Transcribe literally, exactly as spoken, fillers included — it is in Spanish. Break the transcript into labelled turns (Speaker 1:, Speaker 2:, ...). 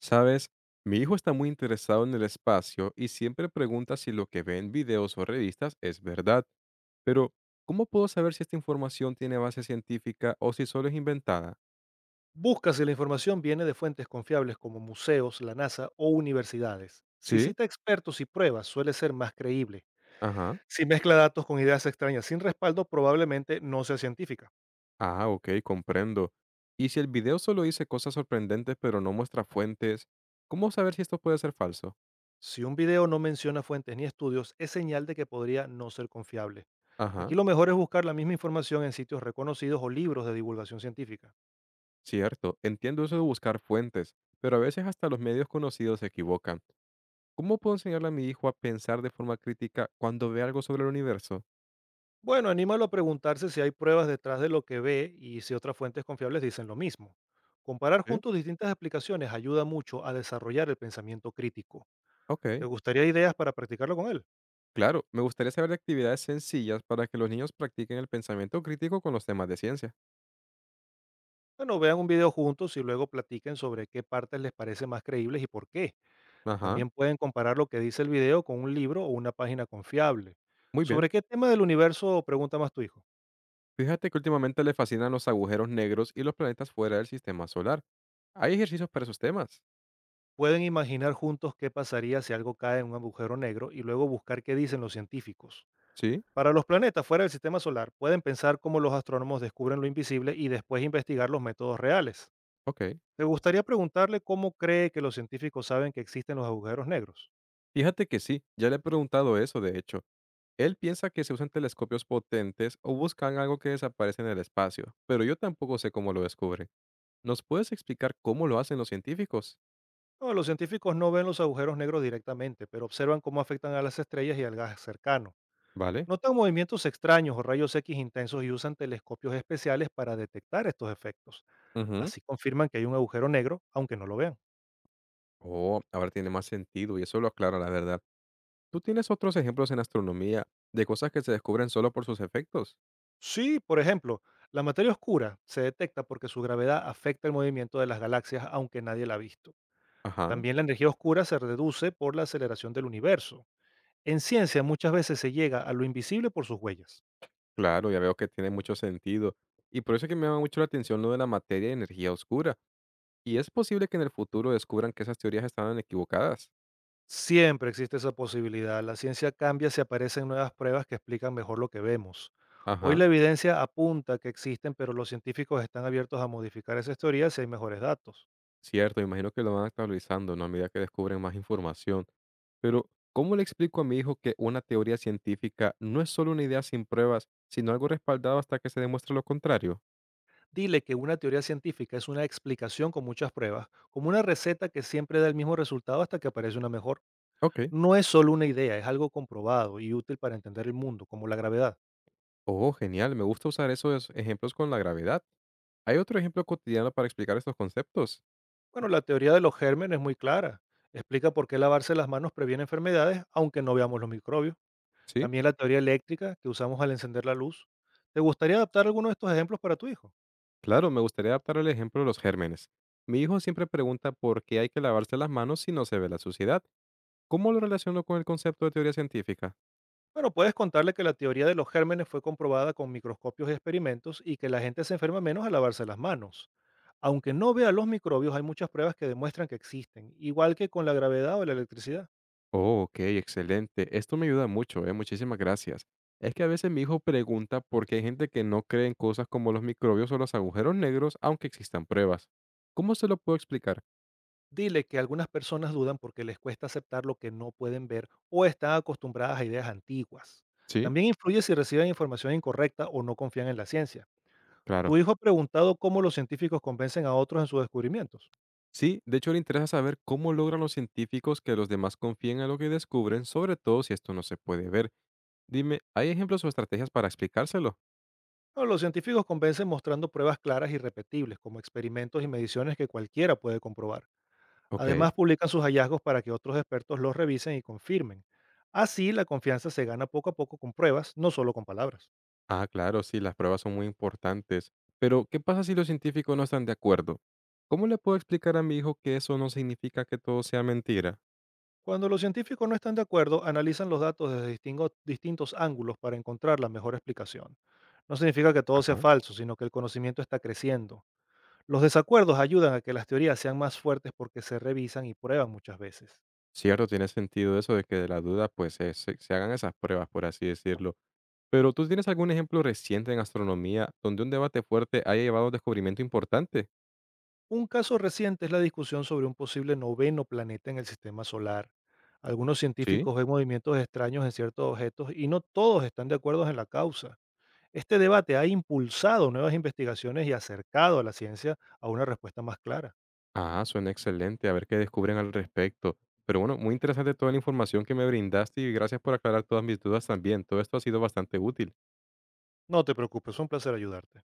Speaker 1: Sabes, mi hijo está muy interesado en el espacio y siempre pregunta si lo que ve en videos o revistas es verdad, pero ¿cómo puedo saber si esta información tiene base científica o si solo es inventada?
Speaker 2: Busca si la información viene de fuentes confiables como museos, la NASA o universidades. Si
Speaker 1: ¿Sí?
Speaker 2: cita expertos y pruebas, suele ser más creíble.
Speaker 1: Ajá.
Speaker 2: Si mezcla datos con ideas extrañas sin respaldo, probablemente no sea científica.
Speaker 1: Ah, ok, comprendo. Y si el video solo dice cosas sorprendentes pero no muestra fuentes, ¿cómo saber si esto puede ser falso?
Speaker 2: Si un video no menciona fuentes ni estudios, es señal de que podría no ser confiable.
Speaker 1: Ajá,
Speaker 2: Aquí lo mejor es buscar la misma información en sitios reconocidos o libros de divulgación científica.
Speaker 1: cierto, entiendo eso de buscar fuentes, pero a veces hasta los medios conocidos se equivocan. ¿Cómo puedo enseñarle a mi hijo a pensar de forma crítica cuando ve algo sobre el universo?
Speaker 2: Bueno, anímalo a preguntarse si hay pruebas detrás de lo que ve y si otras fuentes confiables dicen lo mismo. Comparar
Speaker 1: ¿Sí?
Speaker 2: juntos distintas explicaciones ayuda mucho a desarrollar el pensamiento crítico.
Speaker 1: Ok,
Speaker 2: ¿Te gustaría ideas para practicarlo con él?
Speaker 1: claro, me gustaría saber de actividades sencillas para que los niños practiquen el pensamiento crítico con los temas de ciencia.
Speaker 2: Bueno, vean un video juntos y luego platiquen sobre qué partes les parecen más creíbles y por qué.
Speaker 1: Ajá,
Speaker 2: También pueden comparar lo que dice el video con un libro o una página confiable.
Speaker 1: muy bien.
Speaker 2: ¿Sobre qué tema del universo pregunta más tu hijo?
Speaker 1: Fíjate que últimamente le fascinan los agujeros negros y los planetas fuera del sistema solar. ¿Hay ejercicios para esos temas?
Speaker 2: Pueden imaginar juntos qué pasaría si algo cae en un agujero negro y luego buscar qué dicen los científicos.
Speaker 1: Sí,
Speaker 2: Para los planetas fuera del sistema solar, pueden pensar cómo los astrónomos descubren lo invisible y después investigar los métodos reales.
Speaker 1: ok.
Speaker 2: ¿Te gustaría preguntarle cómo cree que los científicos saben que existen los agujeros negros?
Speaker 1: Fíjate que sí, ya le he preguntado eso, de hecho. Él piensa que se usan telescopios potentes o buscan algo que desaparece en el espacio, pero yo tampoco sé cómo lo descubren. ¿Nos puedes explicar cómo lo hacen los científicos?
Speaker 2: No, los científicos no ven los agujeros negros directamente, pero observan cómo afectan a las estrellas y al gas cercano.
Speaker 1: Vale.
Speaker 2: Notan movimientos extraños o rayos equis intensos y usan telescopios especiales para detectar estos efectos.
Speaker 1: Ujú.
Speaker 2: Así confirman que hay un agujero negro, aunque no lo vean.
Speaker 1: Oh, ahora tiene más sentido y eso lo aclara la verdad. ¿Tú tienes otros ejemplos en astronomía de cosas que se descubren solo por sus efectos?
Speaker 2: Sí, por ejemplo, la materia oscura se detecta porque su gravedad afecta el movimiento de las galaxias aunque nadie la ha visto.
Speaker 1: Ajá,
Speaker 2: También la energía oscura se reduce por la aceleración del universo. En ciencia muchas veces se llega a lo invisible por sus huellas.
Speaker 1: claro, ya veo que tiene mucho sentido. Y por eso es que me llama mucho la atención lo de la materia y energía oscura. Y es posible que en el futuro descubran que esas teorías estaban equivocadas.
Speaker 2: Siempre existe esa posibilidad. La ciencia cambia si aparecen nuevas pruebas que explican mejor lo que vemos. Hoy
Speaker 1: Ajá,
Speaker 2: la evidencia apunta que existen, pero los científicos están abiertos a modificar esas teorías si hay mejores datos.
Speaker 1: cierto, imagino que lo van actualizando, ¿no? A medida que descubren más información. Pero, ¿cómo le explico a mi hijo que una teoría científica no es solo una idea sin pruebas, sino algo respaldado hasta que se demuestre lo contrario?
Speaker 2: Dile que una teoría científica es una explicación con muchas pruebas, como una receta que siempre da el mismo resultado hasta que aparece una mejor.
Speaker 1: Ok.
Speaker 2: No es solo una idea, es algo comprobado y útil para entender el mundo, como la gravedad.
Speaker 1: Oh, genial, me gusta usar esos ejemplos con la gravedad. ¿Hay otro ejemplo cotidiano para explicar estos conceptos?
Speaker 2: Bueno, la teoría de los gérmenes es muy clara. Explica por qué lavarse las manos previene enfermedades, aunque no veamos los microbios.
Speaker 1: Sí,
Speaker 2: También la teoría eléctrica que usamos al encender la luz. ¿Te gustaría adaptar alguno de estos ejemplos para tu hijo?
Speaker 1: claro, me gustaría adaptar el ejemplo de los gérmenes. Mi hijo siempre pregunta por qué hay que lavarse las manos si no se ve la suciedad. ¿Cómo lo relaciono con el concepto de teoría científica?
Speaker 2: Bueno, puedes contarle que la teoría de los gérmenes fue comprobada con microscopios y experimentos y que la gente se enferma menos al lavarse las manos. Aunque no vea los microbios, hay muchas pruebas que demuestran que existen, igual que con la gravedad o la electricidad.
Speaker 1: Oh, ok, excelente. Esto me ayuda mucho, eh. Muchísimas gracias. Es que a veces mi hijo pregunta por qué hay gente que no cree en cosas como los microbios o los agujeros negros, aunque existan pruebas. ¿Cómo se lo puedo explicar?
Speaker 2: Dile que algunas personas dudan porque les cuesta aceptar lo que no pueden ver o están acostumbradas a ideas antiguas.
Speaker 1: Sí,
Speaker 2: También influye si reciben información incorrecta o no confían en la ciencia.
Speaker 1: claro.
Speaker 2: ¿Tu hijo ha preguntado cómo los científicos convencen a otros en sus descubrimientos?
Speaker 1: Sí, de hecho le interesa saber cómo logran los científicos que los demás confíen a lo que descubren, sobre todo si esto no se puede ver. Dime, ¿hay ejemplos o estrategias para explicárselo?
Speaker 2: Bueno, los científicos convencen mostrando pruebas claras y repetibles, como experimentos y mediciones que cualquiera puede comprobar.
Speaker 1: Ok.
Speaker 2: Además, publican sus hallazgos para que otros expertos los revisen y confirmen. Así, la confianza se gana poco a poco con pruebas, no solo con palabras.
Speaker 1: Ah, claro, sí, las pruebas son muy importantes. Pero, ¿qué pasa si los científicos no están de acuerdo? ¿Cómo le puedo explicar a mi hijo que eso no significa que todo sea mentira?
Speaker 2: Cuando los científicos no están de acuerdo, analizan los datos desde distingo- distintos ángulos para encontrar la mejor explicación. No significa que todo sea
Speaker 1: Ajá.
Speaker 2: falso, sino que el conocimiento está creciendo. Los desacuerdos ayudan a que las teorías sean más fuertes porque se revisan y prueban muchas veces.
Speaker 1: Cierto, tiene sentido eso de que de la duda pues se, se- se hagan esas pruebas, por así decirlo. Pero, ¿tú tienes algún ejemplo reciente en astronomía donde un debate fuerte haya llevado a un descubrimiento importante?
Speaker 2: Un caso reciente es la discusión sobre un posible noveno planeta en el sistema solar. Algunos
Speaker 1: Sí.
Speaker 2: científicos ven movimientos extraños en ciertos objetos y no todos están de acuerdo en la causa. Este debate ha impulsado nuevas investigaciones y acercado a la ciencia a una respuesta más clara.
Speaker 1: Ah, suena excelente. A ver qué descubren al respecto. Pero bueno, muy interesante toda la información que me brindaste y gracias por aclarar todas mis dudas también. Todo esto ha sido bastante útil.
Speaker 2: No te preocupes, es un placer ayudarte.